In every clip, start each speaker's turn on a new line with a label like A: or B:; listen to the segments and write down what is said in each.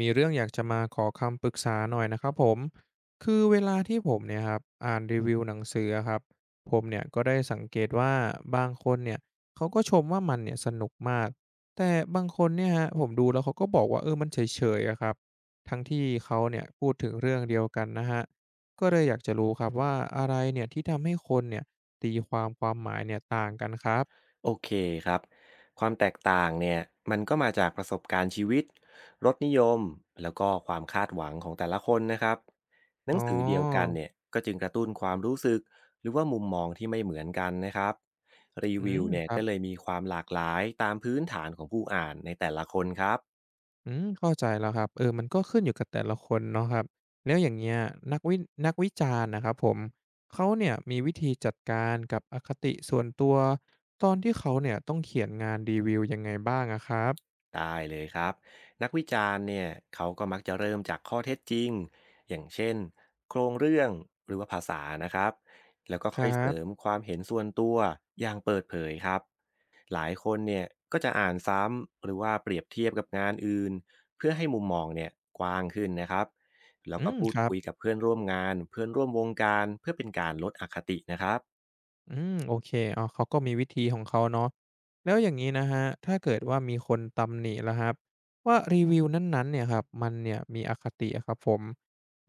A: มีเรื่องอยากจะมาขอคำปรึกษาหน่อยนะครับผมคือเวลาที่ผมเนี่ยครับอ่านรีวิวหนังสืออะครับผมเนี่ยก็ได้สังเกตว่าบางคนเนี่ยเขาก็ชมว่ามันเนี่ยสนุกมากแต่บางคนเนี่ยฮะผมดูแล้วเขาก็บอกว่ามันเฉยๆอะครับทั้งที่เขาเนี่ยพูดถึงเรื่องเดียวกันนะฮะก็เลยอยากจะรู้ครับว่าอะไรเนี่ยที่ทำให้คนเนี่ยตีความความหมายเนี่ยต่างกันครับ
B: โอเคครับความแตกต่างเนี่ยมันก็มาจากประสบการณ์ชีวิตรสนิยมแล้วก็ความคาดหวังของแต่ละคนนะครับหนั
A: อ๋
B: งสือเดียวกัน
A: อ
B: เนี่ยก็จึงกระตุ้นความรู้สึกหรือว่ามุมมองที่ไม่เหมือนกันนะครับรี
A: อื
B: วิ
A: ม
B: วเนี่
A: ค
B: ย
A: รั
B: ก็เล
A: บ
B: ยมีความหลากหลายตามพื้นฐานของผู้อ่านในแต่ละคนครับ
A: อืมเข้าใจแล้วครับมันก็ขึ้นอยู่กับแต่ละคนเนาะครับ แล้วอย่างเงี้ยนักวินักวิจารณ์นะครับผม เขาเนี่ยมีวิธีจัดการกับอคติส่วนตัวตอนที่เขาเนี่ยต้องเขียนงานรีวิวยังไงบ้างอะครับ
B: ได้เลยครับนักวิจารณ์เนี่ยเขาก็มักจะเริ่มจากข้อเท็จจริงอย่างเช่นโครงเรื่องหรือว่าภาษานะครับแล้วก็
A: ค
B: ค่อ
A: รั
B: ยเสริม
A: บ
B: ความเห็นส่วนตัวอย่างเปิดเผยครับหลายคนเนี่ยก็จะอ่านซ้ำหรือว่าเปรียบเทียบกับงานอื่นเพื่อให้มุมมองเนี่ยกว้างขึ้นนะครับแล้ว
A: อื
B: ก็
A: ม
B: พู
A: ค
B: ด
A: รับ
B: คุยกับเพื่อนร่วมงานเพื่อนร่วมวงการเพื่อเป็นการลดอคตินะครับ
A: อืมโอเคอ๋อเขาก็มีวิธีของเขาเนาะแล้วอย่างงี้นะครับถ้าเกิดว่ามีคนตำหนิล่ะครับว่ารีวิวนั้นๆเนี่ยครับมันเนี่ยมีอคติอะครับผม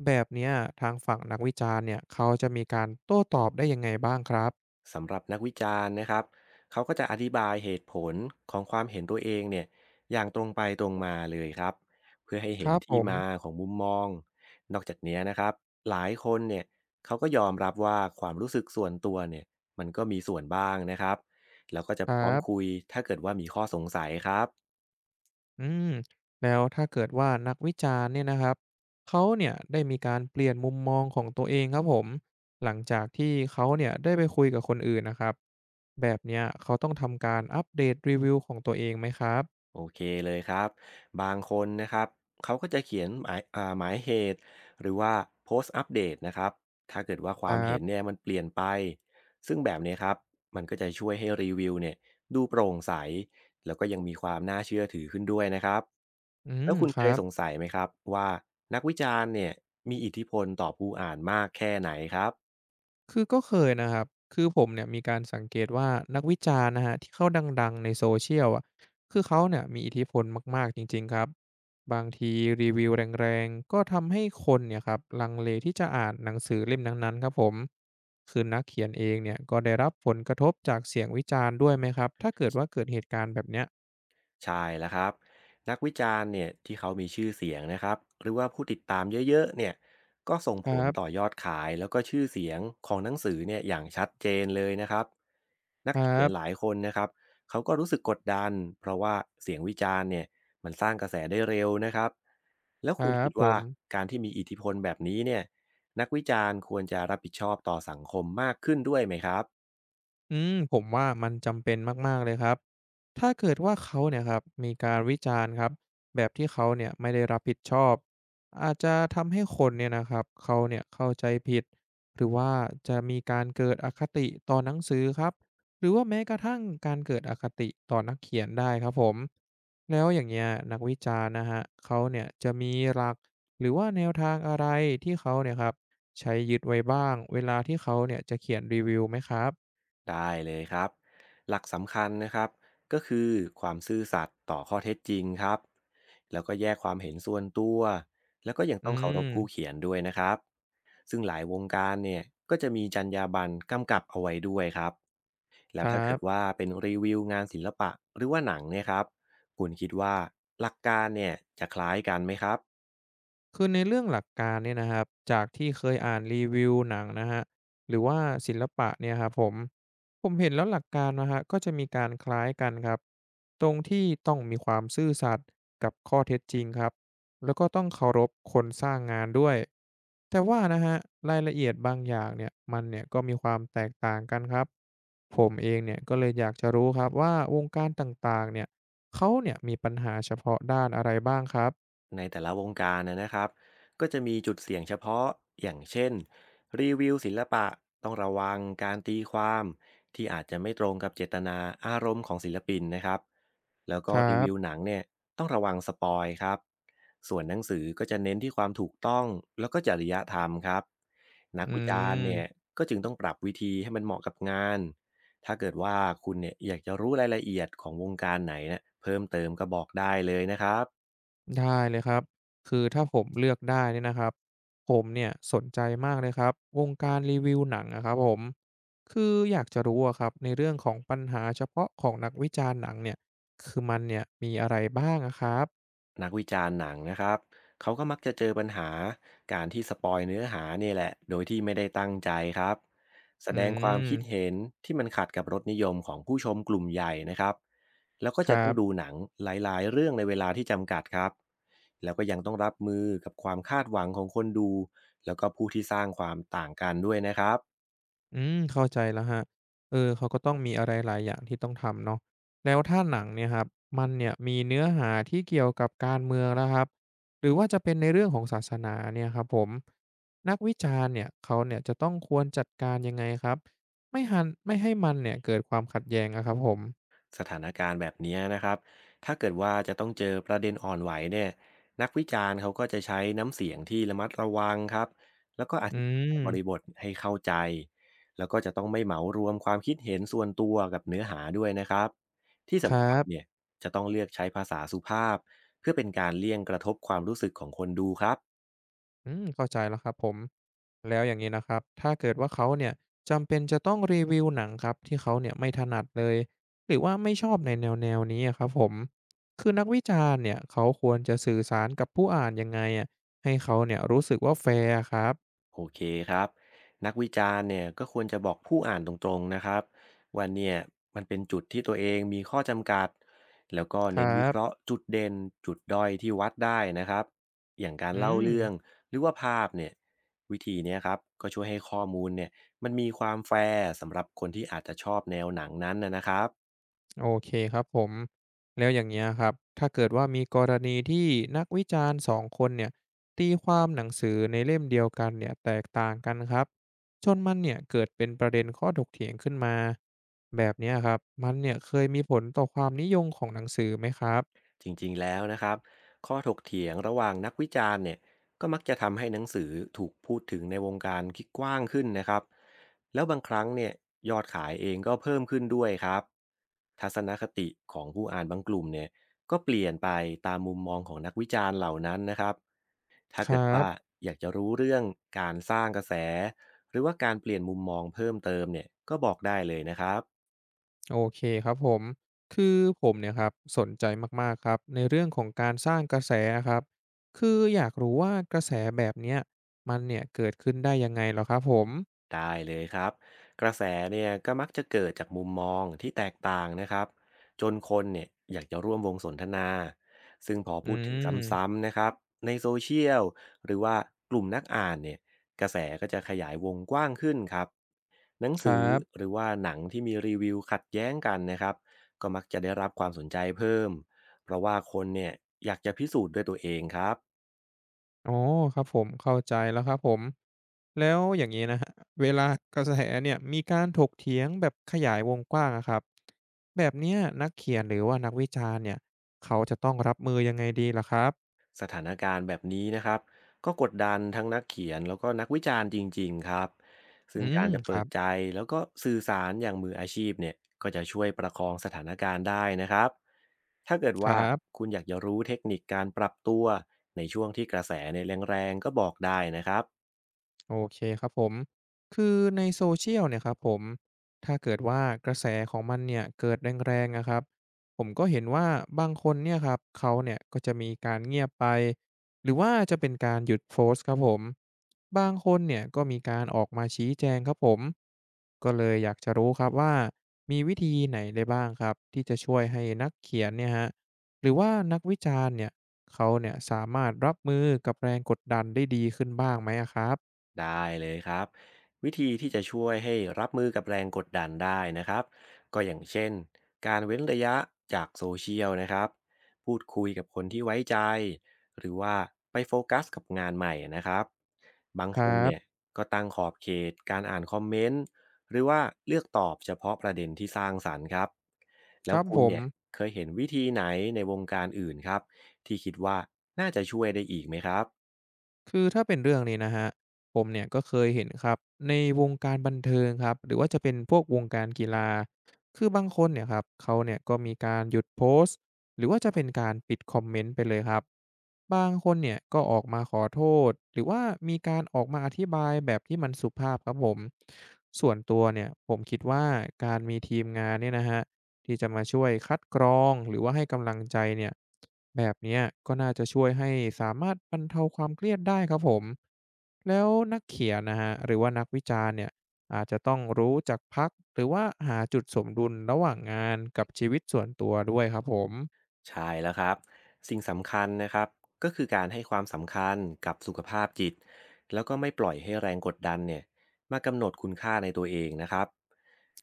A: แบบเนี้ยทางฝั่งนักวิจารณ์เนี่ยเขาจะมีการโต้ตอบได้ยังไงบ้างครับ
B: สำหรับนักวิจารณ์นะครับเขาก็จะอธิบายเหตุผลของความเห็นตัวเองเนี่ยอย่างตรงไปตรงมาเลยครับเพื่อให้
A: ค
B: เห็น
A: รับผ
B: ที่
A: ม
B: มาของมุมมองนอกจากเนี้ยนะครับหลายคนเนี่ยเขาก็ยอมรับว่าความรู้สึกส่วนตัวเนี่ยมันก็มีส่วนบ้างนะครับแล้วก็จะ
A: ค
B: พ
A: รั
B: ร้อม
A: บ
B: คุยถ้าเกิดว่ามีข้อสงสัยครับ
A: อืมแล้วถ้าเกิดว่านักวิจารณ์เนี่ยนะครับเขาเนี่ยได้มีการเปลี่ยนมุมมองของตัวเองครับผมหลังจากที่เขาเนี่ยได้ไปคุยกับคนอื่นนะครับแบบเนี้ยเขาต้องทำการอัปเดตรีวิวของตัวเองไหมครับ
B: โอเคเลยครับบางคนนะครับเขาก็จะเขียนหมายเหตุหรือว่าโพสต์อัปเดตนะครับถ้าเกิดว่าค
A: ค
B: วา
A: รั
B: มเห็น
A: บ
B: เนี่ยมันเปลี่ยนไปซึ่งแบบเนี้ยครับมันก็จะช่วยให้รีวิวเนี่ยดูโปร่งใสแล้วก็ยังมีความน่าเชื่อถือขึ้นด้วยนะครับ
A: อื
B: แล้
A: ม
B: วคุณ
A: ค
B: เค
A: รั
B: ย
A: บ
B: สงสัยไหมครับว่านักวิจารณ์เนี่ยมีอิทธิพลต่อผู้อ่านมากแค่ไหนครับ
A: คือก็เคยนะครับคือผมเนี่ยมีการสังเกตว่านักวิจารณ์นะครับที่เขาดังๆในโซเชียลอะคือเขาเนี่ยมีอิทธิพลมากๆจริงๆครับบางทีรีวิวแรงๆก็ทำให้คนเนี่ยครับลังเลที่จะอ่านหนังสือเล่มนั้นๆครับผมคือนักเขียนเองเนี่ยก็ได้รับผลกระทบจากเสียงวิจารณ์ด้วยไหมครับถ้าเกิดว่าเกิดเหตุการณ์แบบเนี้ย
B: ใช่แล้วครับนักวิจารณ์เนี่ยที่เขามีชื่อเสียงนะครับหรือว่าผู้ติดตามเยอะๆเนี่ยก็ส่ง
A: ค
B: ผ
A: รั
B: ลต่อ
A: บ
B: ยอดขายแล้วก็ชื่อเสียงของหนังสือเนี่ยอย่างชัดเจนเลยนะครับนัก
A: คร
B: เขียน
A: ั
B: หลา
A: บ
B: ยคนนะครับเขาก็รู้สึกกดดันเพราะว่าเสียงวิจารณ์เนี่ยมันสร้างกระแสได้เร็วนะครับแล้ว
A: ค
B: คุณ
A: รับ
B: คิด
A: ผ
B: ว่า
A: ม
B: การที่มีอิทธิพลแบบนี้เนี่ยนักวิจารณ์ควรจะรับผิดชอบต่อสังคมมากขึ้นด้วยไหมครับ
A: อืมผมว่ามันจำเป็นมากๆเลยครับถ้าเกิดว่าเขาเนี่ยครับมีการวิจารณ์ครับแบบที่เขาเนี่ยไม่ได้รับผิดชอบอาจจะทำให้คนเนี่ยนะครับเขาเนี่ยเข้าใจผิดหรือว่าจะมีการเกิดอคติต่อหนังสือครับหรือว่าแม้กระทั่งการเกิดอคติต่อนักเขียนได้ครับผมแล้วอย่างเงี้ยนักวิจารณ์นะฮะเขาเนี่ยจะมีหลักหรือว่าแนวทางอะไรที่เขาเนี่ยครับใช้ยึดไว้บ้างเวลาที่เขาเนี่ยจะเขียนรีวิวไหมครับ
B: ได้เลยครับหลักสำคัญนะครับก็คือความซื่อสัตย์ต่อข้อเท็จจริงครับ แล้วก็แยกความเห็นส่วนตัว แล้วก็ยัง
A: อื
B: ต้องเคารพ
A: ม
B: ผู้เขียนด้วยนะครับ ซึ่งหลายวงการเนี่ยก็จะมีจรรยาบรรณกำกับเอาไว้ด้วยครับ แล้
A: ค
B: ว
A: รั
B: ถ้าเกิด
A: บ
B: ว่าเป็นรีวิวงานศิลปะหรือว่าหนังเนี่ยครับคุณคิดว่าหลักการเนี่ยจะคล้ายกันไหมครับ
A: คือในเรื่องหลักการเนี่ยนะครับจากที่เคยอ่านรีวิวหนังนะฮะหรือว่าศิลปะเนี่ยครับผมผมเห็นแล้วหลักการนะฮะก็จะมีการคล้ายกันครับตรงที่ต้องมีความซื่อสัตย์กับข้อเท็จจริงครับแล้วก็ต้องเคารพคนสร้างงานด้วยแต่ว่านะฮะรายละเอียดบางอย่างเนี่ยมันเนี่ยก็มีความแตกต่างกันครับผมเองเนี่ยก็เลยอยากจะรู้ครับว่าวงการต่างๆเนี่ยเขาเนี่ยมีปัญหาเฉพาะด้านอะไรบ้างครับ
B: ในแต่ละวงการนะครับก็จะมีจุดเสี่ยงเฉพาะอย่างเช่นรีวิวศิลปะต้องระวังการตีความที่อาจจะไม่ตรงกับเจตนาอารมณ์ของศิลปินนะครับแล้ว
A: ค
B: ก็
A: รั
B: รีวิว
A: บ
B: หนังเนี่ยต้องระวังสปอยครับส่วนหนังสือก็จะเน้นที่ความถูกต้องแล้วก็จริยธรรมครับนัก
A: อื
B: วิจารณ์เนี่ย
A: ม
B: ก็จึงต้องปรับวิธีให้มันเหมาะกับงานถ้าเกิดว่าคุณเนี่ยอยากจะรู้รายละเอียดของวงการไหนเนะเพิ่มเติมก็บอกได้เลยนะครับ
A: ได้เลยครับ คือถ้าผมเลือกได้เนี่ยนะครับผมเนี่ยสนใจมากเลยครับ วงการรีวิวหนังอะครับผม คืออยากจะรู้อะครับในเรื่องของปัญหาเฉพาะของนักวิจารณ์หนังเนี่ยคือมันเนี่ยมีอะไรบ้างอะครับ
B: นักวิจารณ์หนังนะครับเขาก็มักจะเจอปัญหาการที่สปอยเนื้อหาเนี่ยแหละโดยที่ไม่ได้ตั้งใจครับแส
A: อื
B: ดงความ
A: ม
B: คิดเห็นที่มันขัดกับรสนิยมของผู้ชมกลุ่มใหญ่นะครับแล้วก็
A: ค
B: จะ
A: รั
B: ต้องดู
A: บ
B: หนังหลายๆเรื่องในเวลาที่จำกัดครับแล้วก็ยังต้องรับมือกับความคาดหวังของคนดูแล้วก็ผู้ที่สร้างความต่างกันด้วยนะครับ
A: อืมเข้าใจแล้วครับเขาก็ต้องมีอะไรหลายอย่างที่ต้องทำเนาะแล้วถ้าหนังเนี่ยครับมันเนี่ยมีเนื้อหาที่เกี่ยวกับการเมืองนะครับหรือว่าจะเป็นในเรื่องของศาสนาเนี่ยครับผมนักวิจารณ์เนี่ยเขาเนี่ยจะต้องควรจัดการยังไงครับไม่ให้มันเนี่ยเกิดความขัดแย้งอะครับผม
B: สถานการณ์แบบเนี้ยนะครับถ้าเกิดว่าจะต้องเจอประเด็นอ่อนไหวเนี่ยนักวิจารณ์เขาก็จะใช้น้ำเสียงที่ระมัดระวังครับแล้วก็อ
A: อื
B: ธิบายบริบ
A: ม
B: ทให้เข้าใจแล้วก็จะต้องไม่เหมารวมความคิดเห็นส่วนตัวกับเนื้อหาด้วยนะครับที่
A: ค
B: สำ
A: รั
B: คัญเนี่ย
A: บ
B: จะต้องเลือกใช้ภาษาสุภาพเพื่อเป็นการเลี่ยงกระทบความรู้สึกของคนดูครับ
A: อืมเข้าใจแล้วครับผมแล้วอย่างนี้นะครับถ้าเกิดว่าเขาเนี่ยจำเป็นจะต้องรีวิวหนังครับที่เขาเนี่ยไม่ถนัดเลยหรือว่าไม่ชอบในแนวนี้อะครับผมคือนักวิจารณ์เนี่ยเขาควรจะสื่อสารกับผู้อ่านยังไงอะให้เขาเนี่ยรู้สึกว่าแฟร์ครับ
B: โอเคครับนักวิจารณ์เนี่ยก็ควรจะบอกผู้อ่านตรงๆนะครับว่าเนี่ยมันเป็นจุดที่ตัวเองมีข้อจำกัดแล้วก็
A: ค
B: เน้
A: รั
B: นวิเคราะห์
A: บ
B: จุดเด่นจุดด้อยที่วัดได้นะครับอย่างการ
A: อื
B: เล่า
A: ม
B: เรื่องหรือว่าภาพเนี่ยวิธีเนี้ยครับก็ช่วยให้ข้อมูลเนี่ยมันมีความแฟร์สำหรับคนที่อาจจะชอบแนวหนังนั้นนะครับ
A: โอเคครับผมแล้วอย่างเงี้ยครับถ้าเกิดว่ามีกรณีที่นักวิจารณ์สองคนเนี่ยตีความหนังสือในเล่มเดียวกันเนี่ยแตกต่างกันครับจนมันเนี่ยเกิดเป็นประเด็นข้อถกเถียงขึ้นมาแบบเนี้ยครับมันเนี่ยเคยมีผลต่อความนิยมของหนังสือไหมครับ
B: จริงๆแล้วนะครับข้อถกเถียงระหว่างนักวิจารณ์เนี่ยก็มักจะทำให้หนังสือถูกพูดถึงในวงการที่กว้างขึ้นนะครับแล้วบางครั้งเนี่ยยอดขายเองก็เพิ่มขึ้นด้วยครับทัศนคติของผู้อ่านบางกลุ่มเนี่ยก็เปลี่ยนไปตามมุมมองของนักวิจารณ์เหล่านั้นนะครับถ้า
A: ค
B: เกิ
A: รั
B: ดว่า
A: บ
B: อยากจะรู้เรื่องการสร้างกระแสหรือว่าการเปลี่ยนมุมมองเพิ่มเติมเนี่ยก็บอกได้เลยนะครับ
A: โอเคครับผมคือผมเนี่ยครับสนใจมากๆครับในเรื่องของการสร้างกระแสครับคืออยากรู้ว่ากระแสแบบเนี้ยมันเนี่ยเกิดขึ้นได้ยังไงเหรอครับผม
B: ได้เลยครับกระแสเนี่ยก็มักจะเกิดจากมุมมองที่แตกต่างนะครับจนคนเนี่ยอยากจะร่วมวงสนทนาซึ่งพอ
A: อื
B: พูดถึง
A: ม
B: ซ้ำๆนะครับในโซเชียลหรือว่ากลุ่มนักอ่านเนี่ยกระแสก็จะขยายวงกว้างขึ้นครับหนัง
A: ค
B: สื
A: รั
B: อห
A: บ
B: รือว่าหนังที่มีรีวิวขัดแย้งกันนะครับก็มักจะได้รับความสนใจเพิ่มเพราะว่าคนเนี่ยอยากจะพิสูจน์ด้วยตัวเองครับ
A: อ๋อครับผมเข้าใจแล้วครับผมแล้วอย่างนี้นะฮะเวลากระแสเนี่ยมีการถกเถียงแบบขยายวงกว้างอะครับแบบเนี้ยนักเขียนหรือว่านักวิจารณ์เนี่ยเขาจะต้องรับมือยังไงดีล่ะครับ
B: สถานการณ์แบบนี้นะครับก็กดดันทั้งนักเขียนแล้วก็นักวิจารณ์จริงๆครับ
A: อื
B: ซึ่งกา
A: ม
B: รจะ
A: ค
B: เปิ
A: รั
B: ด
A: บ
B: ใจแล้วก็สื่อสารอย่างมืออาชีพเนี่ยก็จะช่วยประคองสถานการณ์ได้นะครับถ้าเกิด
A: ครั
B: ว่า
A: บ
B: คุณอยากจะรู้เทคนิคการปรับตัวในช่วงที่กระแสในยแรงๆก็บอกได้นะครับ
A: โอเคครับผม คือในโซเชียลเนี่ยครับผม ถ้าเกิดว่ากระแสของมันเนี่ยเกิดแรงๆนะครับ ผมก็เห็นว่าบางคนเนี่ยครับ เขาเนี่ยก็จะมีการเงียบไป หรือว่าจะเป็นการหยุดโพสต์ครับผมบางคนเนี่ยก็มีการออกมาชี้แจงครับผมก็เลยอยากจะรู้ครับว่ามีวิธีไหนได้บ้างครับที่จะช่วยให้นักเขียนเนี่ยฮะหรือว่านักวิจารณ์เนี่ย เขาเนี่ยสามารถรับมือกับแรงกดดันได้ดีขึ้นบ้างไหมอะครับ
B: ได้เลยครับวิธีที่จะช่วยให้รับมือกับแรงกดดันได้นะครับก็อย่างเช่นการเว้นระยะจากโซเชียลนะครับพูดคุยกับคนที่ไว้ใจหรือว่าไปโฟกัสกับงานใหม่นะครับบาง
A: ค
B: ค
A: รั
B: นเนี่ย
A: บ
B: ก็ตั้งขอบเขตการอ่านคอมเมนต์หรือว่าเลือกตอบเฉพาะประเด็นที่สร้างสรรค์ครับ
A: ค
B: แล้ว
A: รับ
B: คุ
A: ผ
B: ณ
A: ม
B: เนี่ยเคยเห็นวิธีไหนในวงการอื่นครับที่คิดว่าน่าจะช่วยได้อีกไหมครับ
A: คือถ้าเป็นเรื่องนี้นะครับผมเนี่ยก็เคยเห็นครับในวงการบันเทิงครับหรือว่าจะเป็นพวกวงการกีฬาคือบางคนเนี่ยครับเขาเนี่ยก็มีการหยุดโพสต์หรือว่าจะเป็นการปิดคอมเมนต์ไปเลยครับบางคนเนี่ยก็ออกมาขอโทษหรือว่ามีการออกมาอธิบายแบบที่มันสุภาพครับผมส่วนตัวเนี่ยผมคิดว่าการมีทีมงานเนี่ยนะฮะ ที่จะมาช่วยคัดกรองหรือว่าให้กำลังใจเนี่ยแบบเนี้ยก็น่าจะช่วยให้สามารถบรรเทาความเครียดได้ครับผมแล้วนักเขียนนะฮะหรือว่านักวิจารณ์เนี่ยอาจจะต้องรู้จักพักหรือว่าหาจุดสมดุลระหว่างงานกับชีวิตส่วนตัวด้วยครับผม
B: ใช่แล้วครับสิ่งสำคัญนะครับก็คือการให้ความสำคัญกับสุขภาพจิตแล้วก็ไม่ปล่อยให้แรงกดดันเนี่ยมากำหนดคุณค่าในตัวเองนะครับ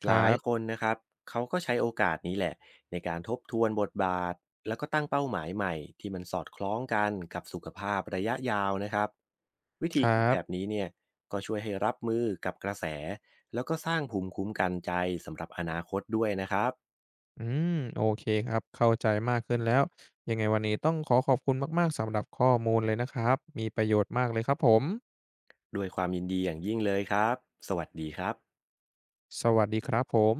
A: ค
B: ห
A: รั
B: ลายค
A: บ
B: นนะครับเขาก็ใช้โอกาสนี้แหละในการทบทวนบทบาทแล้วก็ตั้งเป้าหมายใหม่ที่มันสอดคล้องกันกับสุขภาพระยะยาวนะครับวิ
A: ค
B: ธี
A: รั
B: คิดแบบ
A: บ
B: นี้เนี่ยก็ช่วยให้รับมือกับกระแสแล้วก็สร้างภูมิคุ้มกันใจสำหรับอนาคตด้วยนะครับ
A: อืมโอเคครับเข้าใจมากขึ้นแล้วยังไงวันนี้ต้องขอขอบคุณมากๆสำหรับข้อมูลเลยนะครับมีประโยชน์มากเลยครับผม
B: ด้วยความยินดีอย่างยิ่งเลยครับ สวัสดีครับ
A: สวัสดีครับผม